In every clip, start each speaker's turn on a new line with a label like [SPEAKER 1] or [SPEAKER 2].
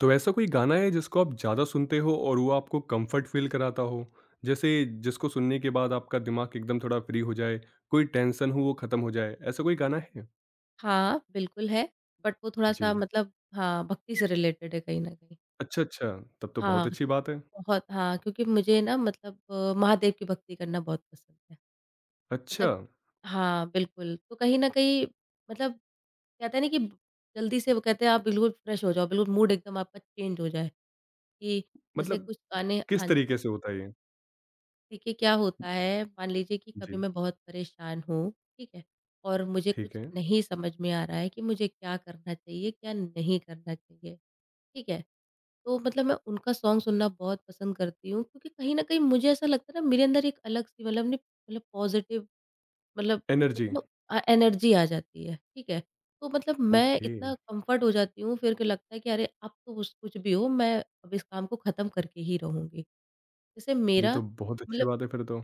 [SPEAKER 1] तो ऐसा कोई गाना है जिसको आप ज़्यादा सुनते हो और वो आपको कंफर्ट फ़ील कराता हो? जैसे जिसको सुनने के बाद आपका दिमाग एकदम थोड़ा फ्री हो जाए, कोई टेंशन हो वो ख़त्म हो जाए, ऐसा कोई गाना है?
[SPEAKER 2] हाँ, बिल्कुल है। बट वो थोड़ा-सा
[SPEAKER 1] जी।
[SPEAKER 2] मतलब हाँ, भक्ति से रिलेटेड है कहीं न कहीं।
[SPEAKER 1] अच्छा, अच्छा, तब तो बहुत
[SPEAKER 2] हाँ,
[SPEAKER 1] अच्छी बात है।
[SPEAKER 2] बहुत हाँ, क्योंकि मुझे ना मतलब महादेव की भक्ति करना बहुत पसंद है।
[SPEAKER 1] अच्छा,
[SPEAKER 2] मतलब हाँ, बिल्कुल, तो कहीं न कहीं मतलब कहते हैं ना कि जल्दी से वो कहते हैं आप बिल्कुल फ्रेश हो जाओ, बिल्कुल मूड एकदम आपका चेंज हो जाए, कि जैसे
[SPEAKER 1] मतलब
[SPEAKER 2] कुछ गाने हाँ
[SPEAKER 1] किस
[SPEAKER 2] जी।
[SPEAKER 1] तरीके से होता है ये?
[SPEAKER 2] देखिए क्या होता है, मान लीजिए कि कभी
[SPEAKER 1] जी,
[SPEAKER 2] मैं बहुत परेशान हूँ, ठीक है? और मुझे
[SPEAKER 1] ठीक
[SPEAKER 2] कुछ
[SPEAKER 1] है।
[SPEAKER 2] नहीं समझ में आ रहा है कि मुझे क्या करना चाहिए, क्या नहीं करना चाहिए, ठीक है? तो मतलब मैं उनका सॉन्ग सुनना बहुत पसंद करती हूँ, क्योंकि कहीं न कहीं मुझे ऐसा लगता है ना मेरे अंदर एक अलग-सी मतलब नहीं, मतलब पॉज़िटिव, मतलब
[SPEAKER 1] एनर्जी,
[SPEAKER 2] कहते हैं ना एनर्जी आ जाती है, ठीक है? तो मतलब मैं
[SPEAKER 1] ओके,
[SPEAKER 2] इतना कम्फ़र्ट हो जाती हूँ, फिर के लगता है कि अरे अब तो उस कुछ भी हो, मैं अब इस काम को ख़त्म करके ही रहूँगी। जैसे
[SPEAKER 1] ये
[SPEAKER 2] मेरा
[SPEAKER 1] तो बहुत अच्छी
[SPEAKER 2] मतलब
[SPEAKER 1] बात है फिर तो।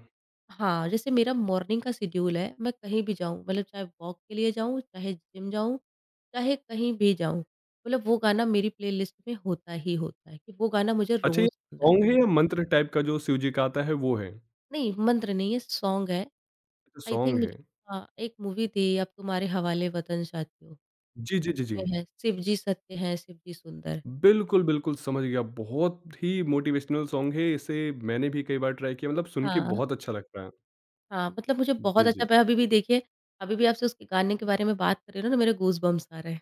[SPEAKER 2] हाँ, जैसे मेरा मॉर्निंग का शेड्यूल है, मैं कहीं भी जाऊँ मतलब चाहे वॉक के लिए जाऊँ, चाहे जिम जाऊँ, चाहे कहीं भी जाऊँ, मतलब वो गाना मेरी प्लेलिस्ट में होता ही होता है कि वो गाना मुझे
[SPEAKER 1] अच्छा ये
[SPEAKER 2] रोज़ सुनना है।
[SPEAKER 1] सॉन्ग है या मंत्र टाइप का जो शिव जी का आता है वो है?
[SPEAKER 2] नहीं, मंत्र नहीं है, सॉन्ग है। आई
[SPEAKER 1] सॉन्ग
[SPEAKER 2] थिंक मुझे
[SPEAKER 1] है।
[SPEAKER 2] हाँ, एक मूवी थी अब तुम्हारे हवाले वतन साथियों
[SPEAKER 1] जी, जी, जी, जी।
[SPEAKER 2] में है, शिव जी सत्य हैं, शिव जी सुंदर।
[SPEAKER 1] बिल्कुल, बिल्कुल, समझ गया। बहुत ही मोटिवेशनल सॉन्ग है, इसे मैंने भी कई बार ट्राई किया मतलब सुन के
[SPEAKER 2] हाँ,
[SPEAKER 1] बहुत अच्छा लग रहा है।
[SPEAKER 2] हाँ, मतलब मुझे बहुत
[SPEAKER 1] जी, जी।
[SPEAKER 2] अच्छा, मैं अभी भी देखिए, अभी भी आपसे उसके गाने के बारे में बात कर रही हूँ ना, तो मेरे गूज़बम्प्स आ रहे हैं।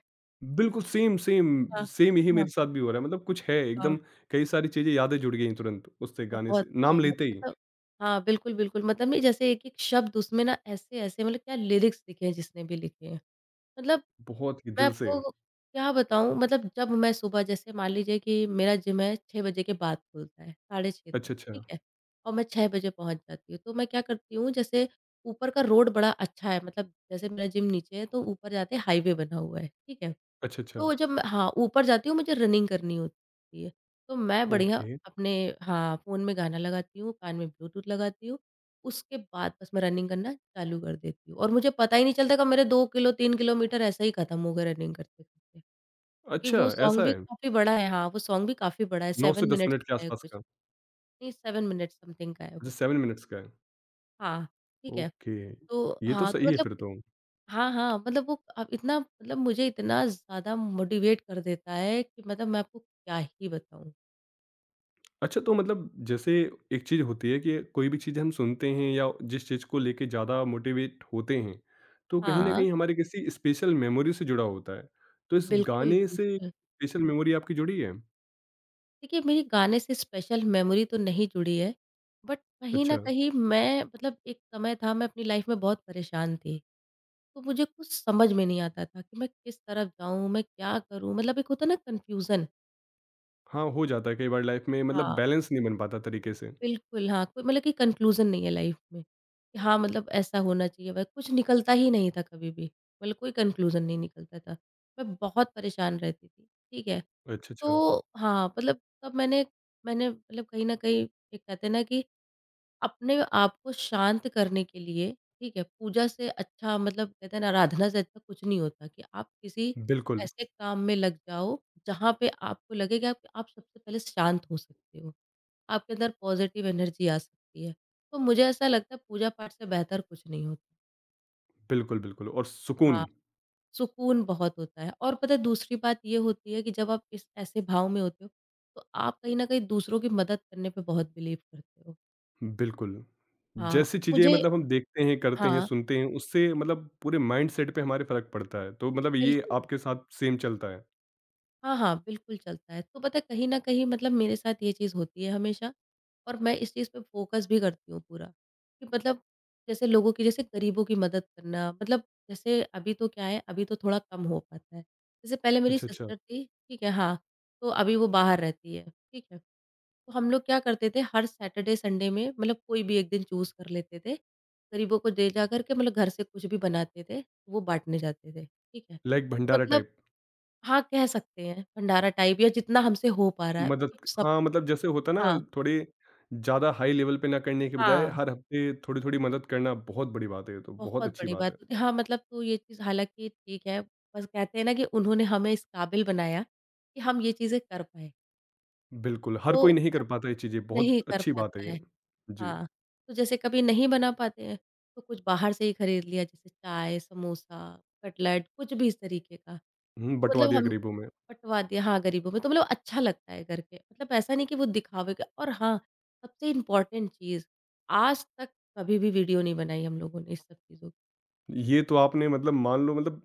[SPEAKER 1] बिल्कुल सेम, सेम,
[SPEAKER 2] हाँ,
[SPEAKER 1] सेम यही
[SPEAKER 2] हाँ,
[SPEAKER 1] मेरे साथ भी हो रहा है मतलब कुछ है
[SPEAKER 2] हाँ।
[SPEAKER 1] एकदम कई सारी चीज़ें यादें जुड़ गई हैं तुरंत उससे गाने
[SPEAKER 2] बहुत,
[SPEAKER 1] से, नाम
[SPEAKER 2] बहुत
[SPEAKER 1] लेते ही।
[SPEAKER 2] मतलब हाँ, बिल्कुल, बिल्कुल मतलब नहीं, जैसे एक-एक शब्द उसमें ना ऐसे-ऐसे मतलब क्या लिरिक्स लिखे हैं, जिसने भी लिखे हैं। मतलब
[SPEAKER 1] बहुत ही
[SPEAKER 2] मैं
[SPEAKER 1] दिल से।
[SPEAKER 2] आपको क्या बताऊँ, मतलब जब मैं सुबह जैसे मान लीजिए कि मेरा जिम है 6 बजे के बाद खुलता है, साढ़े 6 तक,
[SPEAKER 1] अच्छा, अच्छा।
[SPEAKER 2] ठीक है? और मैं 6 बजे पहुँच जाती हूँ, तो मैं क्या करती हूँ जैसे ऊपर का रोड बड़ा अच्छा है, मतलब जैसे मेरा जिम नीचे है तो ऊपर जाते हाईवे बना हुआ है, ठीक है?
[SPEAKER 1] अच्छा, अच्छा।
[SPEAKER 2] तो जब मैं हाँ, ऊपर जाती हूँ मुझे रनिंग करनी होती है, तो मैं बढ़िया
[SPEAKER 1] ओके।
[SPEAKER 2] अपने हाँ, फ़ोन में गाना लगाती हूँ, कान में ब्लूटूथ लगाती हूँ, उसके बाद बस मैं रनिंग करना चालू कर देती हूँ और मुझे पता ही नहीं चलता कि मेरे 2 किलो, 3 किलोमीटर ऐसे ही खत्म हो गए रनिंग करते-करते। क्योंकि
[SPEAKER 1] अच्छा,
[SPEAKER 2] वो सॉन्ग
[SPEAKER 1] ऐसा
[SPEAKER 2] भी
[SPEAKER 1] है?
[SPEAKER 2] काफ़ी बड़ा है, हाँ, वो सॉन्ग भी काफ़ी बड़ा है,
[SPEAKER 1] 9
[SPEAKER 2] 7
[SPEAKER 1] से 10
[SPEAKER 2] मिनट्स
[SPEAKER 1] मिनट के
[SPEAKER 2] का है
[SPEAKER 1] आसपास
[SPEAKER 2] कुछ,
[SPEAKER 1] का?
[SPEAKER 2] नहीं 7 मिनट्स समथिंग का है
[SPEAKER 1] अच्छा
[SPEAKER 2] वो।
[SPEAKER 1] 7 मिनट्स का है।
[SPEAKER 2] हाँ, ठीक है।
[SPEAKER 1] ओके,
[SPEAKER 2] तो
[SPEAKER 1] ये तो
[SPEAKER 2] हाँ, तो
[SPEAKER 1] सही है
[SPEAKER 2] मतलब
[SPEAKER 1] फिर तो।
[SPEAKER 2] हाँ, हाँ, मतलब वो अब इतना, मतलब मुझे इतना ज़्यादा मोटिवेट कर देता है कि मतलब मैं आपको क्या ही बताऊँ।
[SPEAKER 1] अच्छा तो मतलब जैसे एक चीज़ होती है कि कोई भी चीज़ हम सुनते हैं या जिस चीज़ को लेके ज़्यादा मोटिवेट होते हैं, तो कहीं न
[SPEAKER 2] हाँ,
[SPEAKER 1] कहीं हमारे किसी स्पेशल मेमोरी से जुड़ा होता है। तो इस
[SPEAKER 2] बिल्कुल,
[SPEAKER 1] गाने से
[SPEAKER 2] बिल्कुल।
[SPEAKER 1] स्पेशल मेमोरी आपकी जुड़ी है?
[SPEAKER 2] देखिए मेरी गाने से स्पेशल मेमोरी तो नहीं जुड़ी है, बट कहीं न
[SPEAKER 1] अच्छा।
[SPEAKER 2] कहीं मैं मतलब एक समय था मैं अपनी लाइफ़ में बहुत परेशान थी, तो मुझे कुछ समझ में नहीं आता था कि मैं किस तरफ जाऊँ, मैं क्या करूँ? मतलब एक होता है ना, कन्फ्यूज़न।
[SPEAKER 1] हाँ, हो जाता है कई बार लाइफ़ में मतलब
[SPEAKER 2] हाँ।
[SPEAKER 1] बैलेंस नहीं बन पाता तरीके से।
[SPEAKER 2] बिल्कुल, हाँ, कोई मतलब कि कन्क्लूज़न नहीं है लाइफ़ में, कि हाँ, मतलब ऐसा होना चाहिए व कुछ निकलता ही नहीं था कभी भी, मतलब कोई कन्क्लूज़न नहीं निकलता था। मैं बहुत परेशान रहती थी, ठीक है?
[SPEAKER 1] अच्छा, अच्छा।
[SPEAKER 2] तो हाँ, मतलब तब मैंने मैंने मतलब कहीं न कहीं एक कहते हैं ना कि अपने आप को शांत करने के लिए, ठीक है, पूजा से अच्छा मतलब कहते हैं ना आराधना से अच्छा कुछ नहीं होता, कि आप किसी
[SPEAKER 1] बिल्कुल,
[SPEAKER 2] ऐसे काम में लग जाओ, जहाँ पे आपको लगेगा कि आप सबसे पहले शांत हो सकते हो। आपके अंदर पॉज़िटिव एनर्जी आ सकती है। तो मुझे ऐसा लगता है पूजा-पाठ से बेहतर कुछ नहीं होता।
[SPEAKER 1] बिल्कुल, बिल्कुल और
[SPEAKER 2] हाँ,
[SPEAKER 1] सुकून,
[SPEAKER 2] सुकून बहुत होता है और पता है दूसरी बात ये होती है कि जब आप इस ऐसे भाव में होते हो, तो आप कहीं न कहीं दूसरों की मदद करने पे बहुत बिलीव करते हो।
[SPEAKER 1] बिल्कुल।
[SPEAKER 2] हाँ,
[SPEAKER 1] जैसी चीज़ें
[SPEAKER 2] मुझे
[SPEAKER 1] मतलब हम देखते हैं, करते हैं,
[SPEAKER 2] हाँ,
[SPEAKER 1] सुनते हैं, उससे मतलब पूरे माइंडसेट पे हमारे फ़र्क पड़ता है। तो मतलब ये
[SPEAKER 2] बिल्कुल।
[SPEAKER 1] आपके साथ सेम चलता है?
[SPEAKER 2] हाँ, हाँ, बिल्कुल चलता है। तो पता है कहीं न कहीं मतलब मेरे साथ ये चीज़ होती है हमेशा, और मैं इस चीज़ पे फ़ोकस भी करती हूँ पूरा, कि मतलब जैसे लोगों की, जैसे गरीबों की मदद करना, मतलब जैसे अभी तो क्या है, अभी तो थोड़ा कम हो पाता है। जैसे पहले मेरी
[SPEAKER 1] अच्छा, अच्छा।
[SPEAKER 2] सिस्टर थी, ठीक है? हाँ, तो अभी वो बाहर रहती है, ठीक है? तो हम लोग क्या करते थे हर सैटरडे, संडे में मतलब कोई भी एक दिन चूज़ कर लेते थे, गरीबों को दे जा कर के मतलब घर से कुछ भी बनाते थे, वो बाँटने जाते थे, ठीक है?
[SPEAKER 1] लाइक
[SPEAKER 2] तो
[SPEAKER 1] भंडारा
[SPEAKER 2] मतलब
[SPEAKER 1] टाइप।
[SPEAKER 2] हाँ, कह सकते हैं भंडारा टाइप या जितना हमसे हो पा रहा है।
[SPEAKER 1] मदद
[SPEAKER 2] मतलब सब
[SPEAKER 1] हाँ, मतलब जैसे होता है ना
[SPEAKER 2] हाँ,
[SPEAKER 1] थोड़ी ज़्यादा हाई लेवल पे ना करने के बजाय
[SPEAKER 2] हाँ,
[SPEAKER 1] हर हफ्ते थोड़ी-थोड़ी मदद करना बहुत बड़ी बात है ये तो, बहुत
[SPEAKER 2] बहुत
[SPEAKER 1] अच्छी
[SPEAKER 2] बड़ी
[SPEAKER 1] बात
[SPEAKER 2] बात
[SPEAKER 1] है।
[SPEAKER 2] होती है। हाँ, मतलब तो ये चीज़ हालाँकि ठीक है, बस कहते हैं ना कि उन्होंने हमें इस काबिल बनाया कि हम ये चीज़ें कर पाएँ।
[SPEAKER 1] बिल्कुल, हर कोई
[SPEAKER 2] तो
[SPEAKER 1] नहीं कर
[SPEAKER 2] जब
[SPEAKER 1] पाता ये चीज़ें, बहुत
[SPEAKER 2] नहीं कर
[SPEAKER 1] अच्छी बात है
[SPEAKER 2] पाता
[SPEAKER 1] ये।
[SPEAKER 2] है
[SPEAKER 1] जी।
[SPEAKER 2] हाँ, तो जैसे कभी नहीं बना पाते हैं, तो कुछ बाहर से ही खरीद लिया, जैसे चाय, समोसा, कटलेट कुछ भी इस तरीके का।
[SPEAKER 1] हुँ,
[SPEAKER 2] तो
[SPEAKER 1] बँटवा
[SPEAKER 2] मतलब
[SPEAKER 1] दिया
[SPEAKER 2] हम
[SPEAKER 1] गरीबों में।
[SPEAKER 2] बँटवा दिया हाँ, गरीबों में तो मतलब अच्छा लगता है करके। मतलब ऐसा नहीं कि वो दिखावे का, और हाँ, सबसे इम्पोर्टेंट चीज़, आज तक कभी भी वीडियो नहीं बनाई हम लोगों ने इस सब चीज़ों की।
[SPEAKER 1] ये तो आपने मतलब मान लो मतलब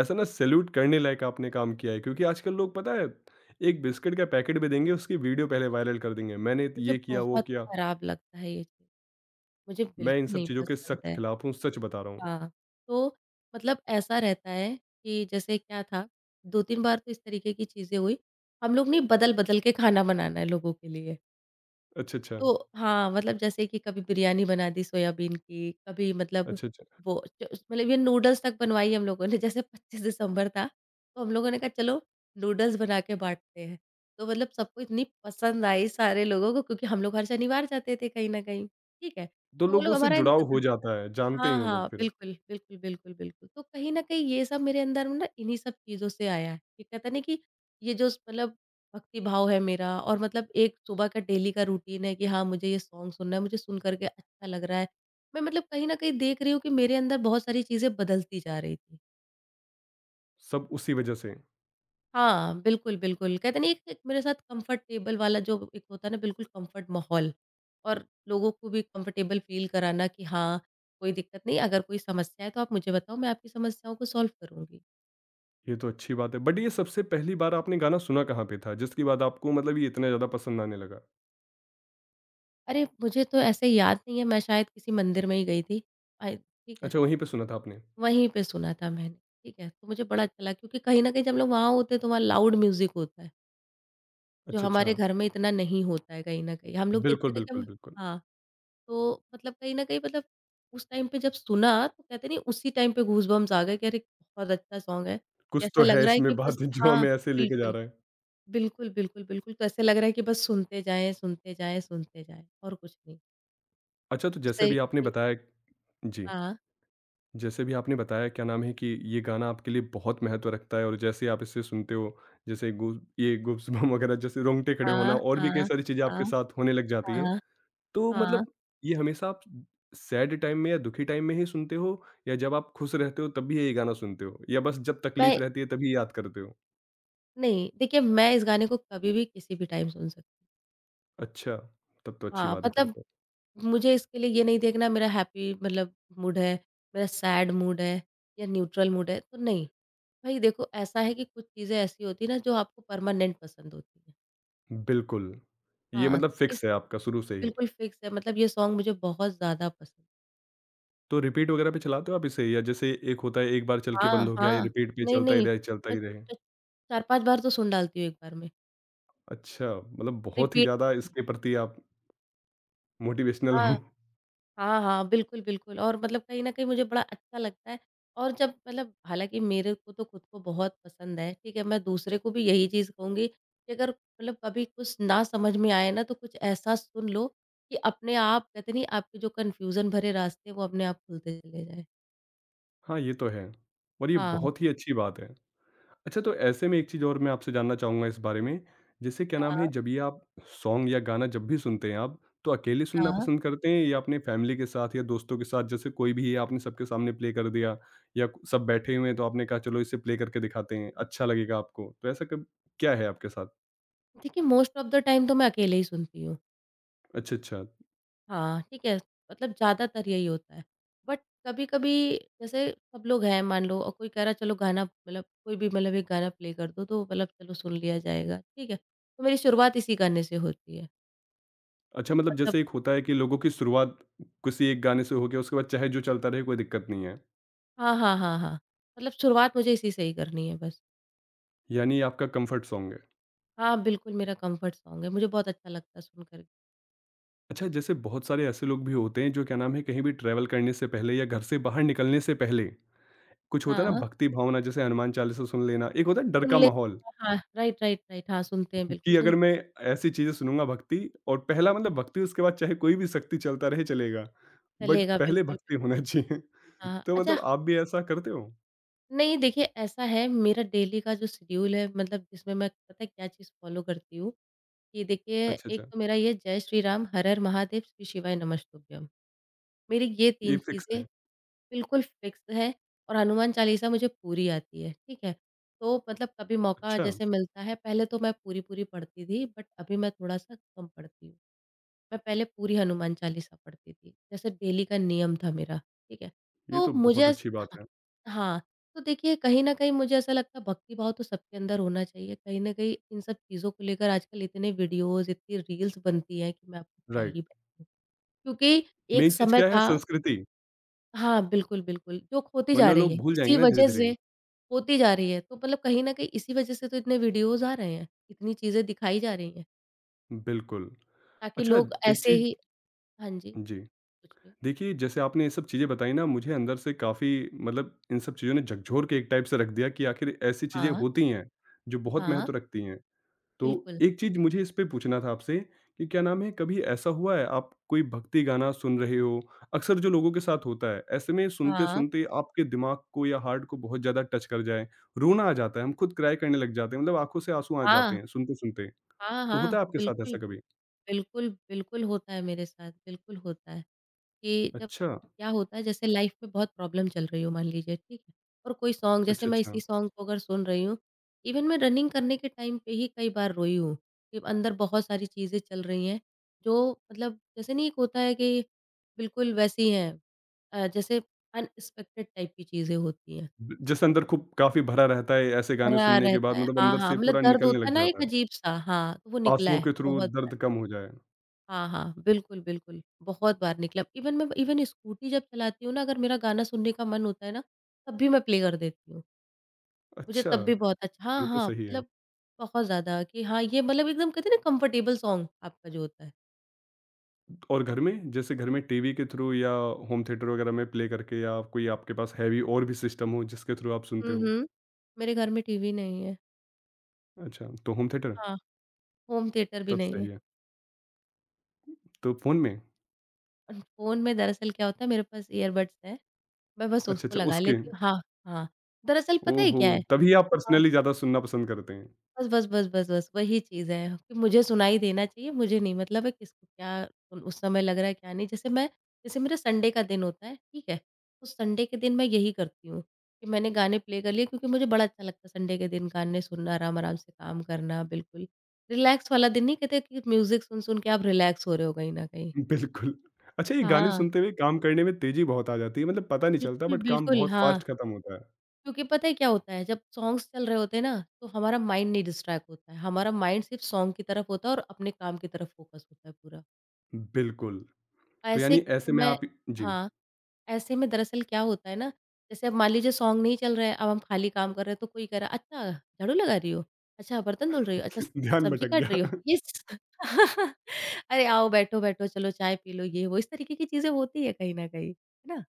[SPEAKER 1] ऐसा ना सैल्यूट करने लायक आपने काम किया है क्योंकि आजकल लोग पता है, एक बिस्किट का पैकेट भी देंगे उसकी वीडियो पहले वायरल कर देंगे। मैंने
[SPEAKER 2] मुझे
[SPEAKER 1] ये किया, वो
[SPEAKER 2] बहुत
[SPEAKER 1] किया।
[SPEAKER 2] खराब लगता है ये चीज़, मुझे
[SPEAKER 1] मैं इन
[SPEAKER 2] बिल्कुल
[SPEAKER 1] सब
[SPEAKER 2] नहीं
[SPEAKER 1] चीज़ों के
[SPEAKER 2] पसंद
[SPEAKER 1] सख्त
[SPEAKER 2] है।
[SPEAKER 1] खिलाफ हूँ, सच बता रहा हूँ।
[SPEAKER 2] हाँ, तो मतलब ऐसा रहता है कि जैसे क्या था, 2-3 बार तो इस तरीके की चीज़ें हुई, हम लोग ने बदल-बदल के खाना बनाना है लोगों के लिए।
[SPEAKER 1] अच्छा, अच्छा।
[SPEAKER 2] तो हाँ, मतलब जैसे कि कभी बिरयानी बना दी सोयाबीन की, कभी मतलब
[SPEAKER 1] अच्छा, अच्छा।
[SPEAKER 2] वो च मतलब ये नूडल्स तक बनवाई हम लोगों ने। जैसे 25 दिसंबर था, तो हम लोगों ने कहा चलो नूडल्स बना के बाँटते हैं। तो मतलब सबको इतनी पसंद आई सारे लोगों को, क्योंकि हम लोग हर शनिवार जाते थे कहीं न कहीं, ठीक है?
[SPEAKER 1] तो
[SPEAKER 2] तो वो लोग
[SPEAKER 1] लोगों से
[SPEAKER 2] हमारा इंत
[SPEAKER 1] जुड़ाव हो जाता है जानते हैं
[SPEAKER 2] हाँ,
[SPEAKER 1] वो
[SPEAKER 2] हाँ।
[SPEAKER 1] लोग फिर
[SPEAKER 2] बिल्कुल, बिल्कुल, बिल्कुल, बिल्कुल। तो कहीं न कहीं ये सब मेरे अंदर में ना इन्हीं सब चीज़ों से आया है। ये कहते हैं ना कि ये जो स मतलब भक्ति भाव है मेरा, और मतलब एक सुबह का डेली का रूटीन है कि हाँ, मुझे ये सॉन्ग सुनना है, मुझे सुन कर के अच्छा लग रहा है। मैं मतलब कहीं न कहीं देख रही हूँ कि मेरे अंदर बहुत सारी चीज़ें बदलती जा रही थी।
[SPEAKER 1] सब उसी वजह से
[SPEAKER 2] हाँ, बिल्कुल, बिल्कुल। कहते हैं ना एक एक मेरे साथ कंफर्टेबल वाला जो एक होता है ना, बिल्कुल कंफर्ट माहौल, और लोगों को भी कंफर्टेबल फ़ील कराना कि हाँ, कोई दिक्कत नहीं, अगर कोई समस्या है तो आप मुझे बताओ, मैं आपकी समस्याओं को सॉल्व करूँगी।
[SPEAKER 1] ये तो अच्छी बात है बट ये सबसे पहली बार आपने गाना सुना कहाँ पे था जिसके बाद आपको मतलब ये इतना ज़्यादा पसंद आने लगा
[SPEAKER 2] अरे! मुझे तो ऐसे याद नहीं है, मैं शायद किसी मंदिर में ही गई थी। आई ठीक है,
[SPEAKER 1] अच्छा वहीं पे सुना था आपने
[SPEAKER 2] वहीं पे सुना था मैंने, ठीक है? तो मुझे बड़ा अच्छा लगा, क्योंकि कहीं न कहीं जब हम लोग वहाँ होते हैं तो वहाँ लाउड म्यूज़िक होता है। जो
[SPEAKER 1] अच्छा अच्छा
[SPEAKER 2] हमारे घर में इतना नहीं होता है कहीं न कहीं। हम लोग देखते
[SPEAKER 1] बिल्कुल
[SPEAKER 2] हैं ना कि
[SPEAKER 1] बिल्कुल
[SPEAKER 2] हम
[SPEAKER 1] बिल्कुल
[SPEAKER 2] हाँ, तो मतलब कहीं न कहीं मतलब उस टाइम पे जब सुना तो कहते नहीं उसी टाइम पे गूज़बम्प्स आ गए कि अरे! बहुत अच्छा सॉन्ग है।
[SPEAKER 1] कुछ
[SPEAKER 2] ऐसा
[SPEAKER 1] तो
[SPEAKER 2] लग
[SPEAKER 1] है
[SPEAKER 2] रहा है कि
[SPEAKER 1] इसमें
[SPEAKER 2] बस
[SPEAKER 1] बात जो
[SPEAKER 2] हाँ,
[SPEAKER 1] हमें ऐसे लेके जा
[SPEAKER 2] बिल्कुल।
[SPEAKER 1] रहा है
[SPEAKER 2] बिल्कुल, बिल्कुल, बिल्कुल, तो ऐसा लग रहा है कि बस सुनते जाएँ, सुनते जाएँ, सुनते जाएँ और कुछ नहीं।
[SPEAKER 1] अच्छा तो
[SPEAKER 2] इस
[SPEAKER 1] जैसे
[SPEAKER 2] तरीके
[SPEAKER 1] भी आपने
[SPEAKER 2] की
[SPEAKER 1] बताया जी
[SPEAKER 2] हाँ,
[SPEAKER 1] जैसे भी आपने बताया क्या नाम है कि ये गाना आपके लिए बहुत महत्व रखता है और जैसे आप इसे सुनते हो जैसे गूस ये गुप्स बम वगैरह जैसे रोंगटे खड़े
[SPEAKER 2] हाँ,
[SPEAKER 1] होना और भी कई
[SPEAKER 2] हाँ,
[SPEAKER 1] सारी चीज़ें
[SPEAKER 2] हाँ,
[SPEAKER 1] आपके साथ होने लग जाती हैं
[SPEAKER 2] हाँ,
[SPEAKER 1] तो
[SPEAKER 2] हाँ।
[SPEAKER 1] मतलब ये हमेशा आप सैड टाइम में या दुखी टाइम में ही सुनते हो या जब आप खुश रहते हो तब भी यही गाना सुनते हो या बस जब
[SPEAKER 2] मैं
[SPEAKER 1] तकलीफ रहती है तभी याद करते हो
[SPEAKER 2] नहीं, देखिए मैं इस गाने को कभी भी किसी भी टाइम सुन सकती हूँ।
[SPEAKER 1] अच्छा तब तो अच्छी
[SPEAKER 2] हाँ,
[SPEAKER 1] बात है फिर
[SPEAKER 2] मतलब
[SPEAKER 1] तो
[SPEAKER 2] मुझे इसके लिए ये नहीं देखना मेरा हैप्पी मतलब मूड है, मेरा सैड मूड है या न्यूट्रल मूड है, तो नहीं। भाई देखो ऐसा है कि कुछ चीज़ें ऐसी होती हैं ना जो आपको परमानेंट पसंद होती हैं।
[SPEAKER 1] बिल्कुल ये
[SPEAKER 2] हाँ, तो
[SPEAKER 1] मतलब
[SPEAKER 2] इस
[SPEAKER 1] फिक्स है आपका शुरू से ही
[SPEAKER 2] बिल्कुल फिक्स है, मतलब ये सॉन्ग मुझे बहुत ज़्यादा पसंद
[SPEAKER 1] तो रिपीट वगैरह पे चलाते हो आप इसे या जैसे एक होता है एक बार चल के
[SPEAKER 2] हाँ,
[SPEAKER 1] बंद हो गया ये
[SPEAKER 2] हाँ।
[SPEAKER 1] रिपीट पे
[SPEAKER 2] नहीं, नहीं,
[SPEAKER 1] चलता
[SPEAKER 2] मैं
[SPEAKER 1] ही रहे
[SPEAKER 2] 4-5 बार तो सुन डालती हूँ एक बार में,
[SPEAKER 1] अच्छा मतलब बहुत ही
[SPEAKER 2] रिपीट
[SPEAKER 1] ज्यादा
[SPEAKER 2] पे।
[SPEAKER 1] इसके प्रति आप मोटिवेशनल
[SPEAKER 2] हाँ।
[SPEAKER 1] हो
[SPEAKER 2] हाँ, हाँ। बिल्कुल, बिल्कुल, और मतलब कहीं न कहीं मुझे बड़ा अच्छा लगता है, और जब मतलब हालाँकि मेरे को तो खुद को बहुत पसंद है, ठीक है? मैं दूसरे को भी यही चीज़ कहूँगी कि अगर मतलब कभी कुछ ना समझ में आए ना तो कुछ ऐसा सुन लो कि अपने आप कहते नहीं आपके जो कन्फ्यूज़न भरे रास्ते हैं वो अपने आप खुलते चले जाएँ।
[SPEAKER 1] हाँ, ये तो है और ये
[SPEAKER 2] हाँ,
[SPEAKER 1] बहुत ही अच्छी बात है। अच्छा तो ऐसे में एक चीज़ और मैं आपसे जानना चाहूँगा इस बारे में, जैसे क्या नाम
[SPEAKER 2] हाँ,
[SPEAKER 1] है जब ये आप सॉन्ग या गाना जब भी सुनते हैं आप, तो अकेले सुनना
[SPEAKER 2] हाँ।
[SPEAKER 1] पसंद करते हैं या अपने फैमिली के साथ या दोस्तों के साथ जैसे कोई भी है आपने सबके सामने प्ले कर दिया या कु- सब बैठे हुए हैं तो आपने कहा चलो इसे प्ले करके दिखाते हैं, अच्छा लगेगा आपको। तो ऐसा कब क्या है आपके साथ?
[SPEAKER 2] देखिए मोस्ट ऑफ द टाइम तो मैं अकेले ही सुनती हूँ।
[SPEAKER 1] अच्छा, अच्छा।
[SPEAKER 2] हाँ, ठीक है, मतलब ज़्यादातर यही होता है। बट कभी-कभी जैसे सब लोग हैं मान लो और कोई कह रहा है चलो गाना मतलब कोई भी मतलब एक गाना प्ले कर दो तो मतलब चलो सुन लिया जाएगा, ठीक है। तो मेरी शुरुआत इसी गाने से होती है।
[SPEAKER 1] अच्छा मतलब
[SPEAKER 2] मतलब
[SPEAKER 1] जैसे एक होता है कि लोगों की शुरुआत किसी एक गाने से होके उसके बाद चाहे जो चलता रहे कोई दिक्कत नहीं है,
[SPEAKER 2] हाँ, हाँ, हाँ, हाँ। मतलब शुरुआत मुझे इसी से ही करनी है बस।
[SPEAKER 1] यानी ये आपका कम्फर्ट सॉन्ग है।
[SPEAKER 2] हाँ, बिल्कुल मेरा कम्फ़र्ट सॉन्ग है, मुझे बहुत अच्छा लगता है सुन कर।
[SPEAKER 1] अच्छा, जैसे बहुत सारे ऐसे लोग भी होते हैं जो क्या नाम है कहीं भी ट्रैवल करने से पहले या घर से बाहर निकलने से पहले कुछ होता है ना
[SPEAKER 2] हाँ,
[SPEAKER 1] भक्ति भावना जैसे हनुमान चालीसा सुन लेना, एक होता है डर
[SPEAKER 2] सुन
[SPEAKER 1] का
[SPEAKER 2] ले
[SPEAKER 1] माहौल
[SPEAKER 2] हाँ, राइट, राइट, राइट। हाँ, सुनते हैं
[SPEAKER 1] कि
[SPEAKER 2] बिल्कुल
[SPEAKER 1] अगर
[SPEAKER 2] सुनते
[SPEAKER 1] मैं ऐसी चीज़ें सुनूँगा भक्ति और पहला
[SPEAKER 2] हैं,
[SPEAKER 1] मतलब भक्ति उसके बाद चाहे कोई भी शक्ति चलता रहे चलेगा, बट
[SPEAKER 2] चलेगा
[SPEAKER 1] पहले
[SPEAKER 2] बिल्कुल,
[SPEAKER 1] भक्ति होना
[SPEAKER 2] बिल्कुल।
[SPEAKER 1] चाहिए।
[SPEAKER 2] हाँ,
[SPEAKER 1] तो
[SPEAKER 2] अच्छा
[SPEAKER 1] मतलब आप भी ऐसा करते हो?
[SPEAKER 2] नहीं देखिए ऐसा है मेरा डेली का जो शेड्यूल है मतलब जिसमें मैं पता है क्या चीज़ फ़ॉलो करती हूँ, कि देखिए
[SPEAKER 1] अच्छा,
[SPEAKER 2] एक
[SPEAKER 1] अच्छा,
[SPEAKER 2] तो मेरा ये जय श्री राम, हर हर महादेव, श्री शिवाय नमस्तुभ्यम। मेरी ये
[SPEAKER 1] ये
[SPEAKER 2] 3
[SPEAKER 1] फिक्स
[SPEAKER 2] चीज़ें
[SPEAKER 1] है।
[SPEAKER 2] बिल्कुल फ़िक्स है और हनुमान चालीसा मुझे पूरी आती है, ठीक है? तो मतलब कभी मौका
[SPEAKER 1] अच्छा,
[SPEAKER 2] जैसे मिलता है पहले तो मैं पूरी-पूरी पढ़ती थी बट अभी मैं थोड़ा-सा कम पढ़ती हूँ। मैं पहले पूरी हनुमान चालीसा पढ़ती थी, जैसे डेली का नियम था मेरा, ठीक है?
[SPEAKER 1] ये
[SPEAKER 2] तो
[SPEAKER 1] तो
[SPEAKER 2] मुझे
[SPEAKER 1] बहुत
[SPEAKER 2] ऐस
[SPEAKER 1] अच्छी बात
[SPEAKER 2] हाँ,
[SPEAKER 1] है।
[SPEAKER 2] हाँ, तो देखिए कहीं न कहीं मुझे ऐसा लगता है भक्ति भाव तो सबके अंदर होना चाहिए, कहीं न कहीं इन सब चीज़ों को लेकर आजकल इतने वीडियोज़, इतनी रील्स बनती हैं कि मैं आपको क्या ही
[SPEAKER 1] राइट,
[SPEAKER 2] बताऊँ। क्योंकि एक
[SPEAKER 1] मेन चीज़
[SPEAKER 2] समय
[SPEAKER 1] क्या है
[SPEAKER 2] था
[SPEAKER 1] संस्कृति,
[SPEAKER 2] हाँ, बिल्कुल, बिल्कुल, जो खोती जा
[SPEAKER 1] वरना
[SPEAKER 2] रही
[SPEAKER 1] लोग
[SPEAKER 2] है,
[SPEAKER 1] भूल
[SPEAKER 2] इसी
[SPEAKER 1] जाएँगे ना
[SPEAKER 2] वजह से
[SPEAKER 1] धीरे-धीरे।
[SPEAKER 2] होती जा रही है, तो मतलब कहीं न कहीं इसी वजह से तो इतने वीडियोज़ आ रहे हैं, इतनी चीज़ें दिखाई जा रही हैं,
[SPEAKER 1] बिल्कुल।
[SPEAKER 2] ताकि
[SPEAKER 1] अच्छा
[SPEAKER 2] लोग
[SPEAKER 1] एक
[SPEAKER 2] ऐसे
[SPEAKER 1] चीज़
[SPEAKER 2] ही हाँ जी,
[SPEAKER 1] जी।
[SPEAKER 2] पूछिए?
[SPEAKER 1] देखिए, जैसे आपने ये सब चीज़ें बताई ना मुझे अंदर से काफ़ी मतलब इन सब चीज़ों ने झकझोर के एक टाइप से रख दिया कि आखिर ऐसी चीज़ें
[SPEAKER 2] हाँ,
[SPEAKER 1] होती हैं, जो बहुत
[SPEAKER 2] हाँ।
[SPEAKER 1] महत्व रखती हैं। तो
[SPEAKER 2] बिल्कुल।
[SPEAKER 1] एक चीज़ मुझे इस पे पूछना था आपसे कि क्या नाम है कभी ऐसा हुआ है आप कोई भक्ति गाना सुन रहे हो, अक्सर जो लोगों के साथ होता है, ऐसे में
[SPEAKER 2] हाँ।
[SPEAKER 1] सुनते-सुनते आपके दिमाग को या हार्ट को बहुत ज़्यादा टच कर जाए, रोना आ जाता है, हम खुद क्राई करने लग जाते हैं मतलब आँखों से आँसू आ जाते
[SPEAKER 2] हाँ,
[SPEAKER 1] हैं सुनते-सुनते।
[SPEAKER 2] हाँ,
[SPEAKER 1] तो होता है
[SPEAKER 2] हाँ।
[SPEAKER 1] आपके साथ
[SPEAKER 2] बिल्कुल,
[SPEAKER 1] ऐसा कभी?
[SPEAKER 2] बिल्कुल, बिल्कुल होता है मेरे साथ, बिल्कुल होता है कि जब
[SPEAKER 1] अच्छा,
[SPEAKER 2] क्या होता है जैसे लाइफ़ में बहुत प्रॉब्लम चल रही हो मान लीजिए, ठीक है? और कोई सॉन्ग जैसे
[SPEAKER 1] अच्छा,
[SPEAKER 2] मैं इसी
[SPEAKER 1] अच्छा।
[SPEAKER 2] सॉन्ग को अगर सुन रही हूँ, इवन मैं रनिंग करने के टाइम पे ही कई बार रोई हूँ कि अंदर बहुत सारी चीज़ें चल रही हैं जो मतलब जैसे नहीं एक होता है कि बिल्कुल वैसी हैं जैसे अनएक्सपेक्टेड टाइप की चीज़ें होती हैं।
[SPEAKER 1] जैसे अंदर खूब काफ़ी भरा रहता है ऐसे गाने
[SPEAKER 2] भरा
[SPEAKER 1] सुनने के बाद
[SPEAKER 2] रहता है।
[SPEAKER 1] मतलब
[SPEAKER 2] हाँ,
[SPEAKER 1] अंदर
[SPEAKER 2] हाँ,
[SPEAKER 1] से
[SPEAKER 2] मतलब
[SPEAKER 1] पूरा
[SPEAKER 2] दर्द
[SPEAKER 1] निकलने
[SPEAKER 2] होता है
[SPEAKER 1] लग
[SPEAKER 2] ना एक
[SPEAKER 1] जाता है।
[SPEAKER 2] अजीब-सा हाँ, तो वो निकला
[SPEAKER 1] आँसुओं
[SPEAKER 2] है
[SPEAKER 1] के थ्रू
[SPEAKER 2] बहुत बार।
[SPEAKER 1] दर्द कम हो जाए।
[SPEAKER 2] हाँ, हाँ, बिल्कुल, बिल्कुल, बहुत बार निकला। इवन स्कूटी जब चलाती हूँ ना अगर मेरा गाना सुनने का मन होता है ना, तब भी मैं प्ले कर देती हूँ। मुझे
[SPEAKER 1] अच्छा,
[SPEAKER 2] तब भी बहुत अच्छा
[SPEAKER 1] फिर
[SPEAKER 2] हाँ,
[SPEAKER 1] तो
[SPEAKER 2] हाँ,
[SPEAKER 1] सही है।
[SPEAKER 2] मतलब बहुत ज़्यादा कि हाँ, ये मतलब एकदम कहते हैं ना कम्फर्टेबल सॉन्ग आपका जो होता है।
[SPEAKER 1] और घर में? जैसे घर में टीवी के थ्रू या होम थिएटर वगैरह में प्ले करके या कोई आपके पास हैवी और भी सिस्टम हो जिसके थ्रू आप
[SPEAKER 2] हुँ,
[SPEAKER 1] सुनते हो?
[SPEAKER 2] हुँ, मेरे घर में टीवी नहीं है।
[SPEAKER 1] अच्छा, तो होम थिएटर?
[SPEAKER 2] हाँ, होम थिएटर भी
[SPEAKER 1] तब
[SPEAKER 2] नहीं है।
[SPEAKER 1] सही है। तो फ़ोन में?
[SPEAKER 2] फ़ोन में दरअसल क्या होता है मेरे पास ईयरबड्स हैं, मैं बस
[SPEAKER 1] अच्छा,
[SPEAKER 2] उसको
[SPEAKER 1] अच्छा
[SPEAKER 2] लगा
[SPEAKER 1] उसके
[SPEAKER 2] लेती हूँ हाँ, हाँ। दरअसल पता है
[SPEAKER 1] ओहो!
[SPEAKER 2] क्या है?
[SPEAKER 1] तभी आप
[SPEAKER 2] हाँ।
[SPEAKER 1] पर्सनली ज़्यादा सुनना पसंद करते हैं।
[SPEAKER 2] बस, बस, बस, बस, बस वही चीज़ है कि मुझे सुनाई देना चाहिए, मुझे नहीं मतलब है किसको क्या उस समय लग रहा है, क्या नहीं। जैसे मेरा संडे का दिन होता है, ठीक है? उस संडे के दिन मैं यही करती हूँ कि मैंने गाने प्ले कर लिए क्योंकि मुझे बड़ा अच्छा लगता है संडे के दिन गाने सुनना, आराम-आराम से काम करना बिल्कुल। रिलैक्स वाला दिन नहीं कहते कि म्यूज़िक सुन-सुन के आप रिलैक्स हो रहे हो कहीं न कहीं।
[SPEAKER 1] बिल्कुल। अच्छा ये गाने
[SPEAKER 2] हाँ,
[SPEAKER 1] सुनते हुए काम करने में तेज़ी बहुत आ जाती है मतलब पता नहीं चलता
[SPEAKER 2] बिल्कुल,
[SPEAKER 1] बट काम
[SPEAKER 2] बिल्कुल,
[SPEAKER 1] बहुत
[SPEAKER 2] हाँ।
[SPEAKER 1] फ़ास्ट खत्म होता है।
[SPEAKER 2] क्योंकि पता है क्या होता है जब सॉन्ग्स चल रहे होते हैं ना तो हमारा माइंड नहीं डिस्ट्रैक्ट होता है, हमारा माइंड सिर्फ सॉन्ग की तरफ होता है और अपने काम की तरफ फोकस होता है पूरा
[SPEAKER 1] बिल्कुल। तो यानी
[SPEAKER 2] ऐसे।
[SPEAKER 1] ऐसे में
[SPEAKER 2] मैं
[SPEAKER 1] आप जी,
[SPEAKER 2] हाँ, ऐसे में दरअसल क्या होता है ना जैसे अब मान लीजिए सॉन्ग नहीं चल रहा है अब हम खाली काम कर रहे हैं तो कोई कह रहा है अच्छा झाड़ू लगा रही हो, अच्छा बर्तन धुल रही हो, अच्छा
[SPEAKER 1] ध्यान
[SPEAKER 2] सब्जी
[SPEAKER 1] भटक
[SPEAKER 2] काट रही हो,
[SPEAKER 1] गया।
[SPEAKER 2] अरे आओ बैठो बैठो चलो चाय पी लो, ये वो इस तरीके की चीजें होती है कहीं ना कहीं, है ना?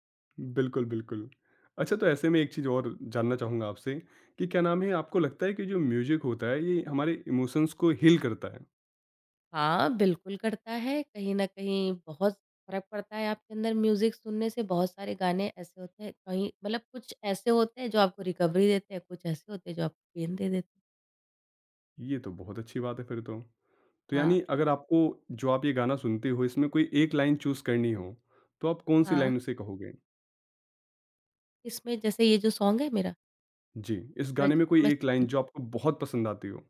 [SPEAKER 1] बिल्कुल, बिल्कुल। अच्छा तो ऐसे में एक चीज़ और जानना चाहूँगा आपसे कि क्या नाम है आपको लगता है कि जो म्यूज़िक होता है ये हमारे इमोशंस को हील करता है?
[SPEAKER 2] हाँ, बिल्कुल करता है। कहीं न कहीं बहुत फ़र्क पड़ता है आपके अंदर म्यूज़िक सुनने से। बहुत सारे गाने ऐसे होते हैं कहीं मतलब कुछ ऐसे होते हैं जो आपको रिकवरी देते हैं, कुछ ऐसे होते हैं जो आपको पेन दे देते हैं।
[SPEAKER 1] ये तो बहुत अच्छी बात है फिर तो। तो यानी
[SPEAKER 2] हाँ,
[SPEAKER 1] अगर आपको जो आप ये गाना सुनते हो इसमें कोई एक लाइन चूज़ करनी हो, तो आप कौन-सी
[SPEAKER 2] हाँ।
[SPEAKER 1] लाइन उसे कहोगे?
[SPEAKER 2] इसमें जैसे ये जो सॉन्ग है मेरा
[SPEAKER 1] जी, इस गाने में
[SPEAKER 2] जिसको मैं
[SPEAKER 1] कोई एक
[SPEAKER 2] सुनती
[SPEAKER 1] लाइन
[SPEAKER 2] हूँ
[SPEAKER 1] जो आपको बहुत पसंद आती हो?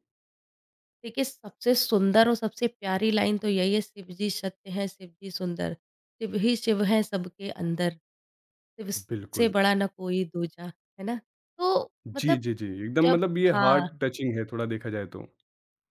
[SPEAKER 2] देखिए सबसे सुंदर और सबसे प्यारी लाइन तो यही है शिव जी सत्य हैं, शिव जी सुंदर, शिव ही शिव हैं सबके अंदर, शिव से
[SPEAKER 1] बिल्कुल।
[SPEAKER 2] बड़ा ना कोई दूजा। है ना? तो
[SPEAKER 1] जी,
[SPEAKER 2] मतलब
[SPEAKER 1] जी, जी। एकदम
[SPEAKER 2] जब
[SPEAKER 1] मतलब ये हार्ट
[SPEAKER 2] हाँ।
[SPEAKER 1] टचिंग है थोड़ा देखा जाए तो।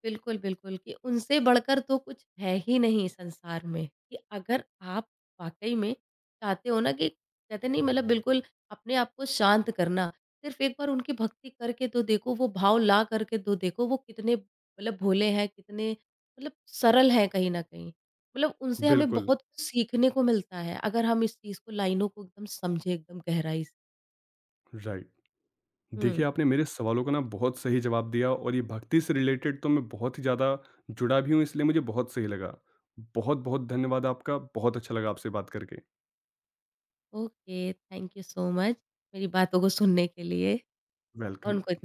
[SPEAKER 2] बिल्कुल, बिल्कुल कि उनसे बढ़कर तो कुछ है ही नहीं संसार में, कि अगर आप वाक़ई में चाहते हो ना कि कहते नहीं मतलब बिल्कुल अपने आप को शांत करना, सिर्फ़ एक बार उनकी भक्ति करके तो देखो, वो भाव ला करके तो देखो, वो कितने मतलब भोले हैं, कितने मतलब सरल हैं कहीं न कहीं। मतलब उनसे हमें
[SPEAKER 1] बिल्कुल,
[SPEAKER 2] बहुत कुछ सीखने को मिलता है, अगर हम इस चीज़ को लाइनों को एकदम समझें एकदम गहराई से।
[SPEAKER 1] राइट।
[SPEAKER 2] हुँ,
[SPEAKER 1] देखिए, आपने मेरे सवालों का ना बहुत सही जवाब दिया और ये भक्ति से रिलेटेड तो मैं बहुत ही ज़्यादा जुड़ा भी हूँ, इसलिए मुझे बहुत सही लगा। बहुत-बहुत धन्यवाद आपका। बहुत अच्छा लगा आपसे बात करके।
[SPEAKER 2] Okay, thank you so much मेरी बातों को सुनने के लिए और
[SPEAKER 1] वेलकम।
[SPEAKER 2] उनको इतना